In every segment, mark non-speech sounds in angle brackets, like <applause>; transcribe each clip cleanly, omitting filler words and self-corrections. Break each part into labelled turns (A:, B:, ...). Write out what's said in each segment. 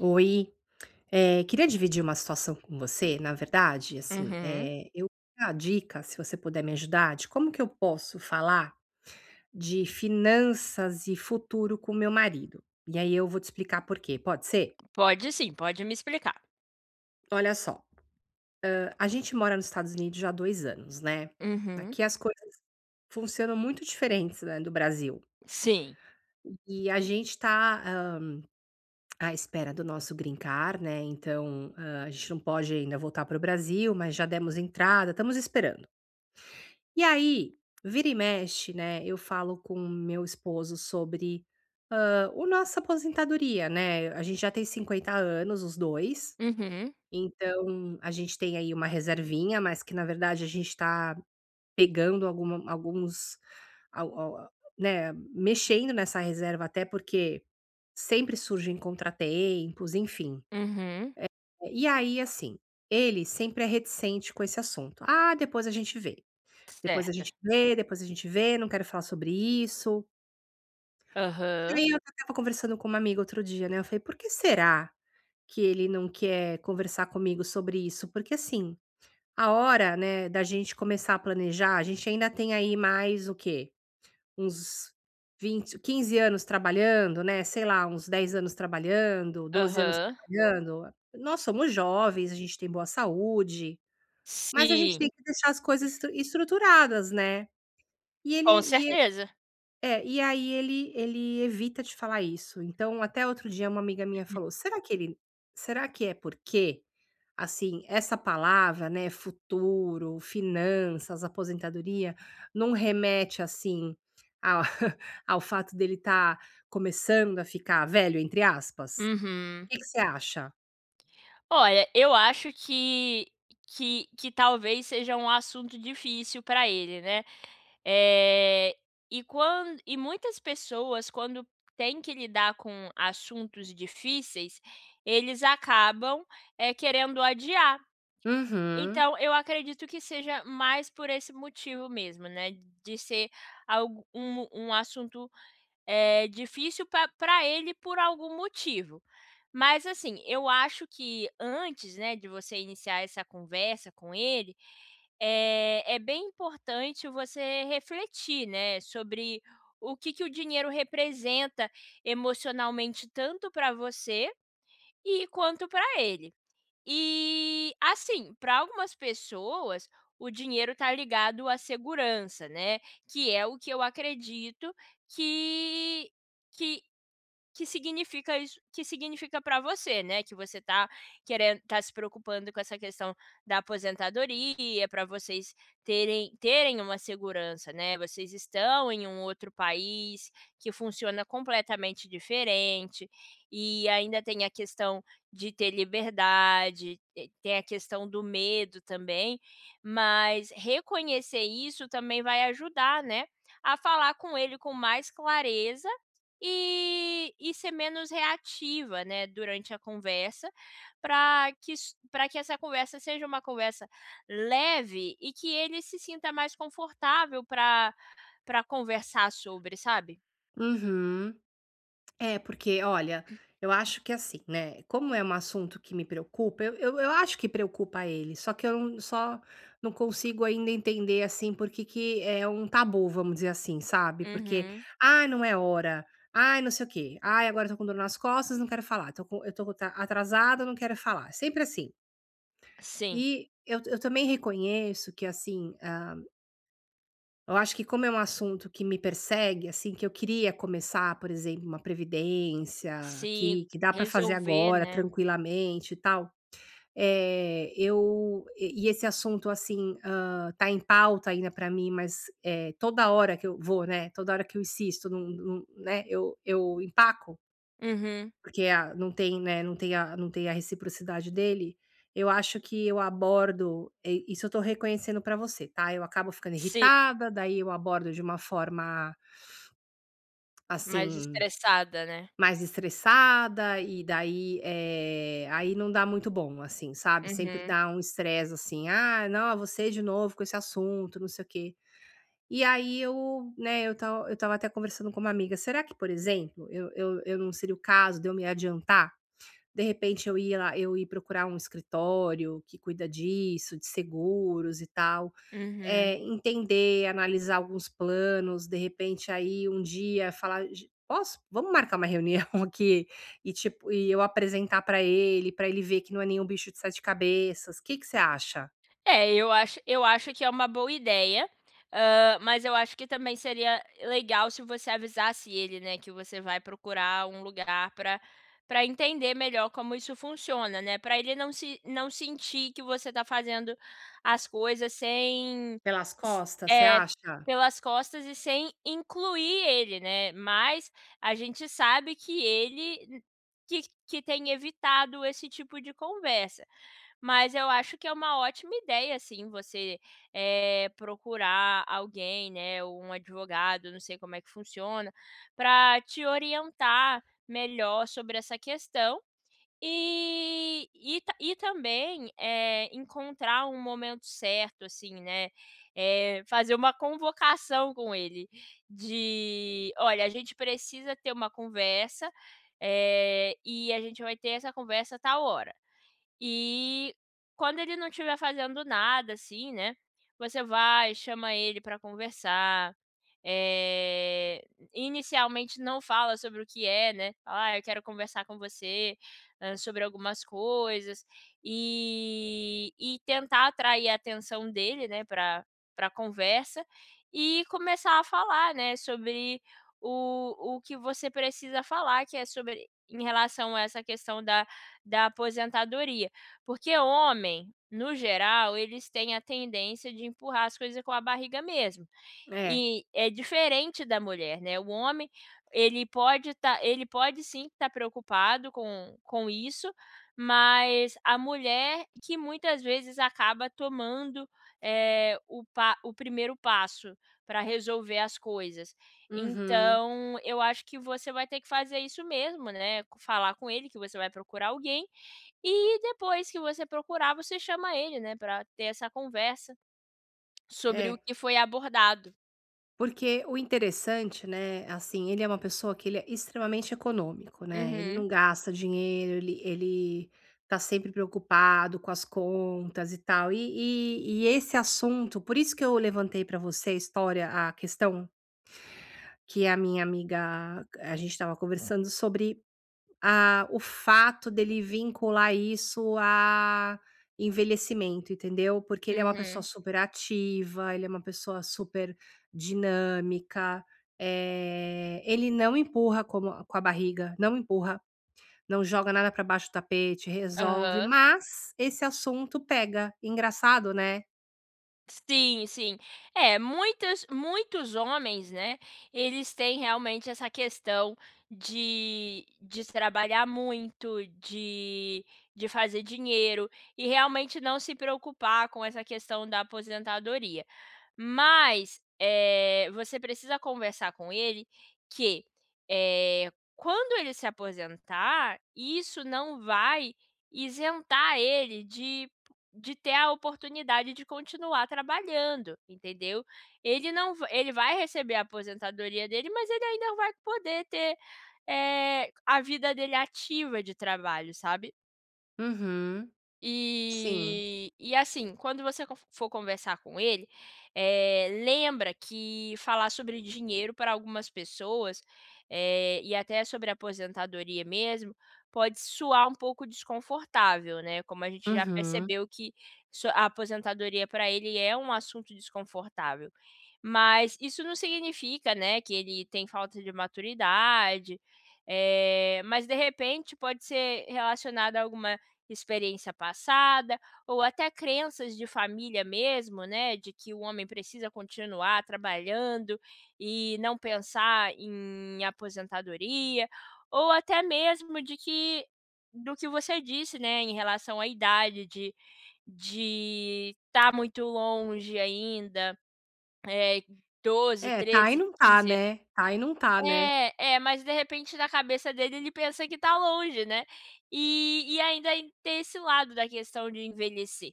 A: Oi, queria dividir uma situação com você, na verdade, assim,
B: Uhum.
A: eu a dica, se você puder me ajudar, de como que eu posso falar de finanças e futuro com meu marido. E aí eu vou te explicar por quê, pode ser?
B: Pode sim, pode me explicar.
A: Olha só, a gente mora nos Estados Unidos já há 2 anos, né.
B: Uhum.
A: Aqui as coisas funcionam muito diferentes, né, do Brasil.
B: Sim.
A: E a gente tá, à espera do nosso green card, né, então, a gente não pode ainda voltar para o Brasil, mas já demos entrada, estamos esperando. E aí, vira e mexe, né, eu falo com meu esposo sobre, o nossa aposentadoria, né, a gente já tem 50 anos os 2,
B: Uhum.
A: então a gente tem aí uma reservinha, mas que na verdade a gente tá pegando alguma alguns al al né, mexendo nessa reserva até porque sempre surgem contratempos, enfim.
B: Uhum.
A: E aí, assim, ele sempre é reticente com esse assunto: "Ah, depois a gente vê". Depois a
B: Certo.
A: gente vê, depois a gente vê, não quero falar sobre isso. E
B: Aham.
A: aí eu estava conversando com uma amiga outro dia, né, eu falei: "Por que será que ele não quer conversar comigo sobre isso?" Porque assim, a hora, né, da gente começar a planejar, a gente ainda tem aí mais o quê? Uns 20, 15 anos trabalhando, né, sei lá, uns 10 anos trabalhando, 12 anos
B: Aham.
A: trabalhando. Nós somos jovens, a gente tem boa saúde, mas a gente
B: Sim,
A: tem que deixar as coisas estruturadas, né. E ele
B: com
A: e
B: certeza.
A: É, e aí ele evita te falar isso. Então, até outro dia uma amiga minha falou: "Será que ele será que é porque, assim, essa palavra, né, futuro, finanças, aposentadoria, não remete, assim, ao <laughs> ao fato dele estar começando a ficar velho, entre aspas?" O
B: Uhum.
A: que que você acha?
B: Olha, eu acho que que talvez seja um assunto difícil para ele, né. é e muitas pessoas, quando têm que lidar com assuntos difíceis, eles acabam querendo adiar.
A: Uhum,
B: Então, eu acredito que seja mais por esse motivo mesmo, né, de ser algo um assunto, difícil para ele por algum motivo. Mas assim, eu acho que antes, né, de você iniciar essa conversa com ele, é bem importante você refletir, né, sobre o que que o dinheiro representa emocionalmente tanto para você e quanto para ele. E, assim, para algumas pessoas, o dinheiro está ligado à segurança, né, que é o que eu acredito que que que significa isso que significa para você, né, que você tá se preocupando com essa questão da aposentadoria, para vocês terem uma segurança, né, vocês estão em um outro país que funciona completamente diferente, e ainda tem a questão de ter liberdade, e tem a questão do medo também, mas reconhecer isso também vai ajudar, né, a falar com ele com mais clareza e ser menos reativa, né, durante a conversa, para que para que essa conversa seja uma conversa leve e que ele se sinta mais confortável para pra conversar sobre, sabe?
A: uhum. É, porque olha, eu acho que assim, né, como é um assunto que me preocupa, eu acho que preocupa ele, só que eu não consigo ainda entender, assim, por que que é um tabu, vamos dizer assim, sabe, porque:
B: Uhum.
A: ah, não é hora. Ai, não sei o quê. Ai, agora eu tô com dor nas costas, não quero falar. Tô com eu tô ta atrasada, não quero falar". Sempre assim.
B: Sim,
A: E eu também reconheço que, assim, ah, eu acho que como é um assunto que me persegue, assim, que eu queria começar, por exemplo, uma previdência,
B: sim,
A: que dá para fazer
B: resolver,
A: agora
B: né?
A: tranquilamente e tal, eu esse assunto, assim, tá em pauta ainda para mim, mas, toda hora que eu vou, né, toda hora que eu insisto num num né, eu empaco.
B: Uhum.
A: Porque a não tem, né, não tem a reciprocidade dele, eu acho que eu abordo e isso eu tô reconhecendo pra você, tá, eu acabo ficando
B: Sim,
A: irritada, daí eu abordo de uma forma,
B: mais
A: assim,
B: estressada, né?
A: mais estressada e daí, aí não dá muito bom, assim, sabe, sempre
B: Uhum,
A: dá um estresse, assim: "Ah, não, você de novo com esse assunto, não sei o quê". E aí eu, né, eu tava até conversando com uma amiga, será que, por exemplo, eu não seria o caso de eu me adiantar? De repente eu ia lá eu ir procurar um escritório que cuida disso, de seguros e tal,
B: uhum.
A: entender, analisar alguns planos, de repente aí um dia falar: "Ge posso vamos marcar uma reunião <laughs> aqui?" E tipo e eu apresentar para ele ver que não é nenhum bicho de 7 cabeças. O que que você acha?
B: É, eu acho que é uma boa ideia, mas eu acho que também seria legal se você avisasse ele, né, que você vai procurar um lugar para entender melhor como isso funciona, né, para ele não sentir que você está fazendo as coisas sem
A: Pelas
B: s
A: costas, você
B: eh,
A: acha?
B: pelas costas e sem incluir ele, né, mas a gente sabe que ele n- que tem evitado esse tipo de conversa. Mas eu acho que é uma ótima ideia, assim, você, procurar alguém, né, ou um advogado, não sei como é que funciona, para te orientar melhor sobre essa questão e também, encontrar um momento certo, assim, né, fazer uma convocação com ele de: "Olha, a gente precisa ter uma conversa, e a gente vai ter essa conversa a tal hora". E quando ele não estiver fazendo nada, assim, né, você chama ele para conversar, eh, inicialmente não fala sobre o que é, né, fala: "Ah, eu quero conversar com você, sobre algumas coisas", e tentar atrair a atenção dele, né, para pra conversa, e começar a falar, né, sobre o que você precisa falar, que é sobre em relação a essa questão da aposentadoria. Porque homem, no geral, eles têm a tendência de empurrar as coisas com a barriga mesmo.
A: É.
B: E é diferente da mulher, né, o homem, ele pode sim estar preocupado com isso, mas a mulher que muitas vezes acaba tomando, o primeiro passo para resolver as coisas.
A: Uhum.
B: Então, eu acho que você vai ter que fazer isso mesmo, né, falar com ele que você vai procurar alguém, e depois que você procurar, você chama ele, né, para ter essa conversa sobre o
A: É.
B: que foi abordado.
A: Porque o interessante, né, assim, ele é uma pessoa que ele é extremamente econômico, né? Ele
B: Uhum.
A: não gasta dinheiro, ele tá sempre preocupado com as contas e tal. E, e esse assunto, por isso que eu levantei para você a história, a questão que a minha amiga, a gente estava conversando sobre ah, o fato dele vincular isso a envelhecimento, entendeu? Porque ele é uma pessoa
B: Uhum.
A: super ativa, ele é uma pessoa super dinâmica, ele não empurra como com a barriga, não empurra, não joga nada para baixo do tapete, resolve,
B: Aham.
A: mas esse assunto pega. Engraçado, né?
B: Sim, sim. É, muitas muitos homens, né, eles têm realmente essa questão de trabalhar muito, de fazer dinheiro e realmente não se preocupar com essa questão da aposentadoria. Mas, você precisa conversar com ele que, quando ele se aposentar, isso não vai isentar ele de ter a oportunidade de continuar trabalhando, entendeu. Ele não va ele vai receber a aposentadoria dele, mas ele ainda vai poder ter, a vida dele ativa de trabalho, sabe.
A: Uhum. Sim.
B: E assim, quando você co for conversar com ele, lembra que falar sobre dinheiro para algumas pessoas, e até sobre aposentadoria mesmo, pode soar um pouco desconfortável, né, como a gente já
A: Uhum.
B: percebeu que a aposentadoria para ele é um assunto desconfortável. Mas isso não significa, né, que ele tem falta de maturidade, mas de repente pode ser relacionado a alguma experiência passada, ou até crenças de família mesmo, né, de que o homem precisa continuar trabalhando e não pensar em aposentadoria, ou até mesmo de que do que você disse, né, em relação à idade, de estar muito longe ainda, é 12,
A: É, tá e
B: 13,
A: não tá,
B: 15.
A: né? Tá e não tá, né?
B: É, é, mas de repente na cabeça dele ele pensa que tá longe, né. E ainda tem esse lado da questão de envelhecer,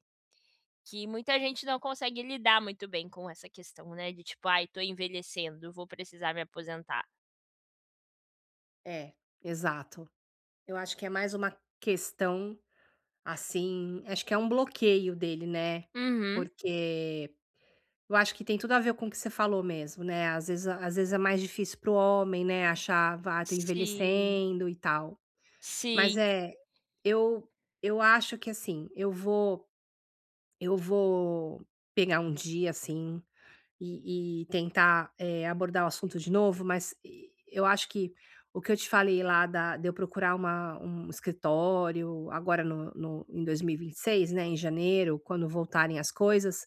B: que muita gente não consegue lidar muito bem com essa questão, né, de tipo: "Ai, tô envelhecendo, vou precisar me aposentar".
A: É, exato. Eu acho que é mais uma questão. Assim, acho que é um bloqueio dele, né,
B: Uhum.
A: porque eu acho que tem tudo a ver com o que você falou mesmo, né, às vezes é mais difícil para o homem, né, achar: "Ah, tô
B: Sim,
A: envelhecendo e tal". Mas,
B: sim.
A: eu eu acho que, assim, eu vou pegar um dia, assim e tentar, abordar o assunto de novo, mas e eu acho que o que eu te falei lá da de eu procurar uma um escritório agora no no em 2026, né, em janeiro, quando voltarem as coisas,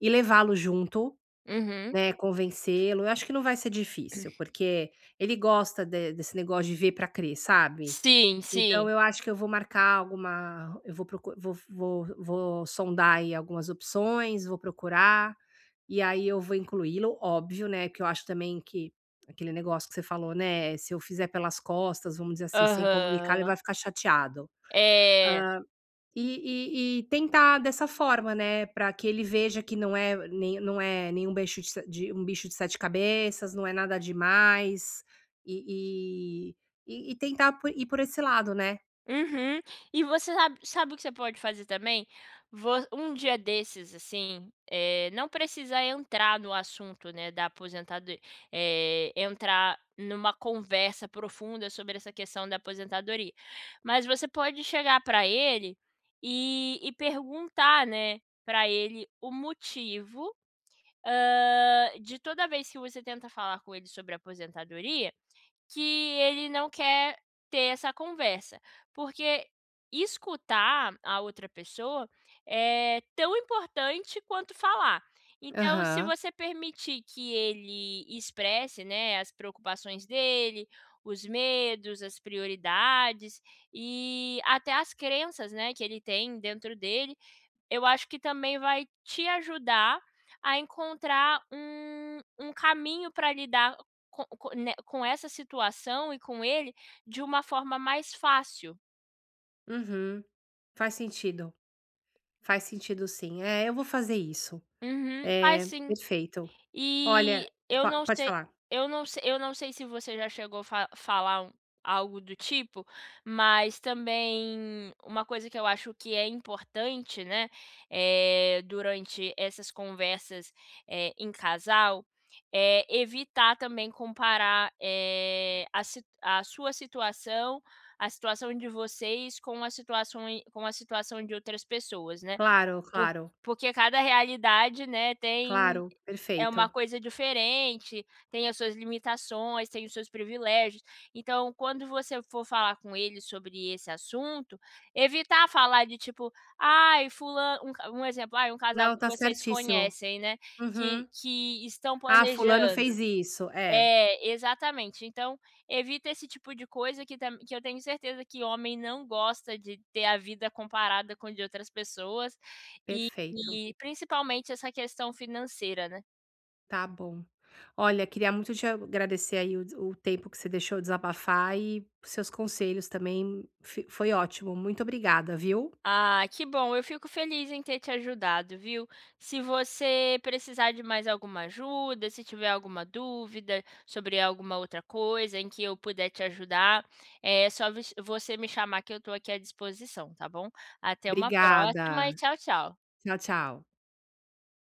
A: e levá-lo junto,
B: Uhum.
A: né, convencê-lo, eu acho que não vai ser difícil, porque ele gosta de desse negócio de ver para crer, sabe?
B: Sim,
A: Então
B: sim.
A: eu acho que eu vou marcar alguma eu vou procu vou sondar aí algumas opções, vou procurar, e aí eu vou incluí-lo, óbvio, né, que eu acho também que aquele negócio que você falou, né, se eu fizer pelas costas, vamos dizer assim, sem comunicar, ele
B: Aham.
A: vai ficar chateado.
B: É.
A: Hã, e tentar dessa forma, né, para que ele veja que não é nem não é nenhum bicho de se de um bicho de 7 cabeças, não é nada demais, e e tentar po ir por esse lado, né.
B: Uhum. E você sabe o que você pode fazer também? Vo Um dia desses, assim, não precisa entrar no assunto, né, da aposentadoria, entrar numa conversa profunda sobre essa questão da aposentadoria. Mas você pode chegar para ele e perguntar, né, para ele o motivo, de toda vez que você tenta falar com ele sobre aposentadoria que ele não quer ter essa conversa, porque escutar a outra pessoa é tão importante quanto falar. Então, se
A: Aham.
B: você permitir que ele expresse, né, as preocupações dele, os medos, as prioridades e até as crenças, né, que ele tem dentro dele, eu acho que também vai te ajudar a encontrar um caminho para lidar com essa situação e com ele de uma forma mais fácil.
A: Uhum. Faz sentido, faz sentido sim. É, eu vou fazer isso.
B: Uhum. Faz
A: É,
B: sim.
A: perfeito.
B: E
A: Olha
B: eu
A: po
B: não
A: pode
B: sei
A: falar.
B: eu não se eu não sei se você já chegou a fa falar algo do tipo, mas também uma coisa que eu acho que é importante, né, durante essas conversas, em casal, é evitar também comparar, a sua situação, a situação de vocês com a situação de outras pessoas, né.
A: Claro,
B: Por
A: claro,
B: Porque cada realidade, né, tem
A: claro,
B: é
A: perfeito.
B: uma coisa diferente, tem as suas limitações, tem os seus privilégios. Então, quando você for falar com ele sobre esse assunto, evitar falar de tipo: "Ai, fulano, um ca um exemplo, ai, um casal
A: Não,
B: que
A: tá
B: vocês
A: certíssimo.
B: conhecem, né,
A: Uhum.
B: que estão
A: "Ah, fulano
B: planejando.
A: fez isso". É,
B: É, exatamente. Então, evita esse tipo de coisa que eu tenho certeza que homem não gosta de ter a vida comparada com de outras pessoas, e
A: perfeito,
B: e principalmente essa questão financeira, né.
A: tá bom. Olha, queria muito te agradecer aí o tempo que você deixou eu desabafar e seus conselhos também, fi foi ótimo. Muito obrigada, viu.
B: Ah, que bom. Eu fico feliz em ter te ajudado, viu? Se você precisar de mais alguma ajuda, se tiver alguma dúvida sobre alguma outra coisa em que eu puder te ajudar, é só você me chamar que eu estou aqui à disposição, tá bom? Até uma próxima e
A: Obrigada.
B: tchau, tchau.
A: Tchau, tchau.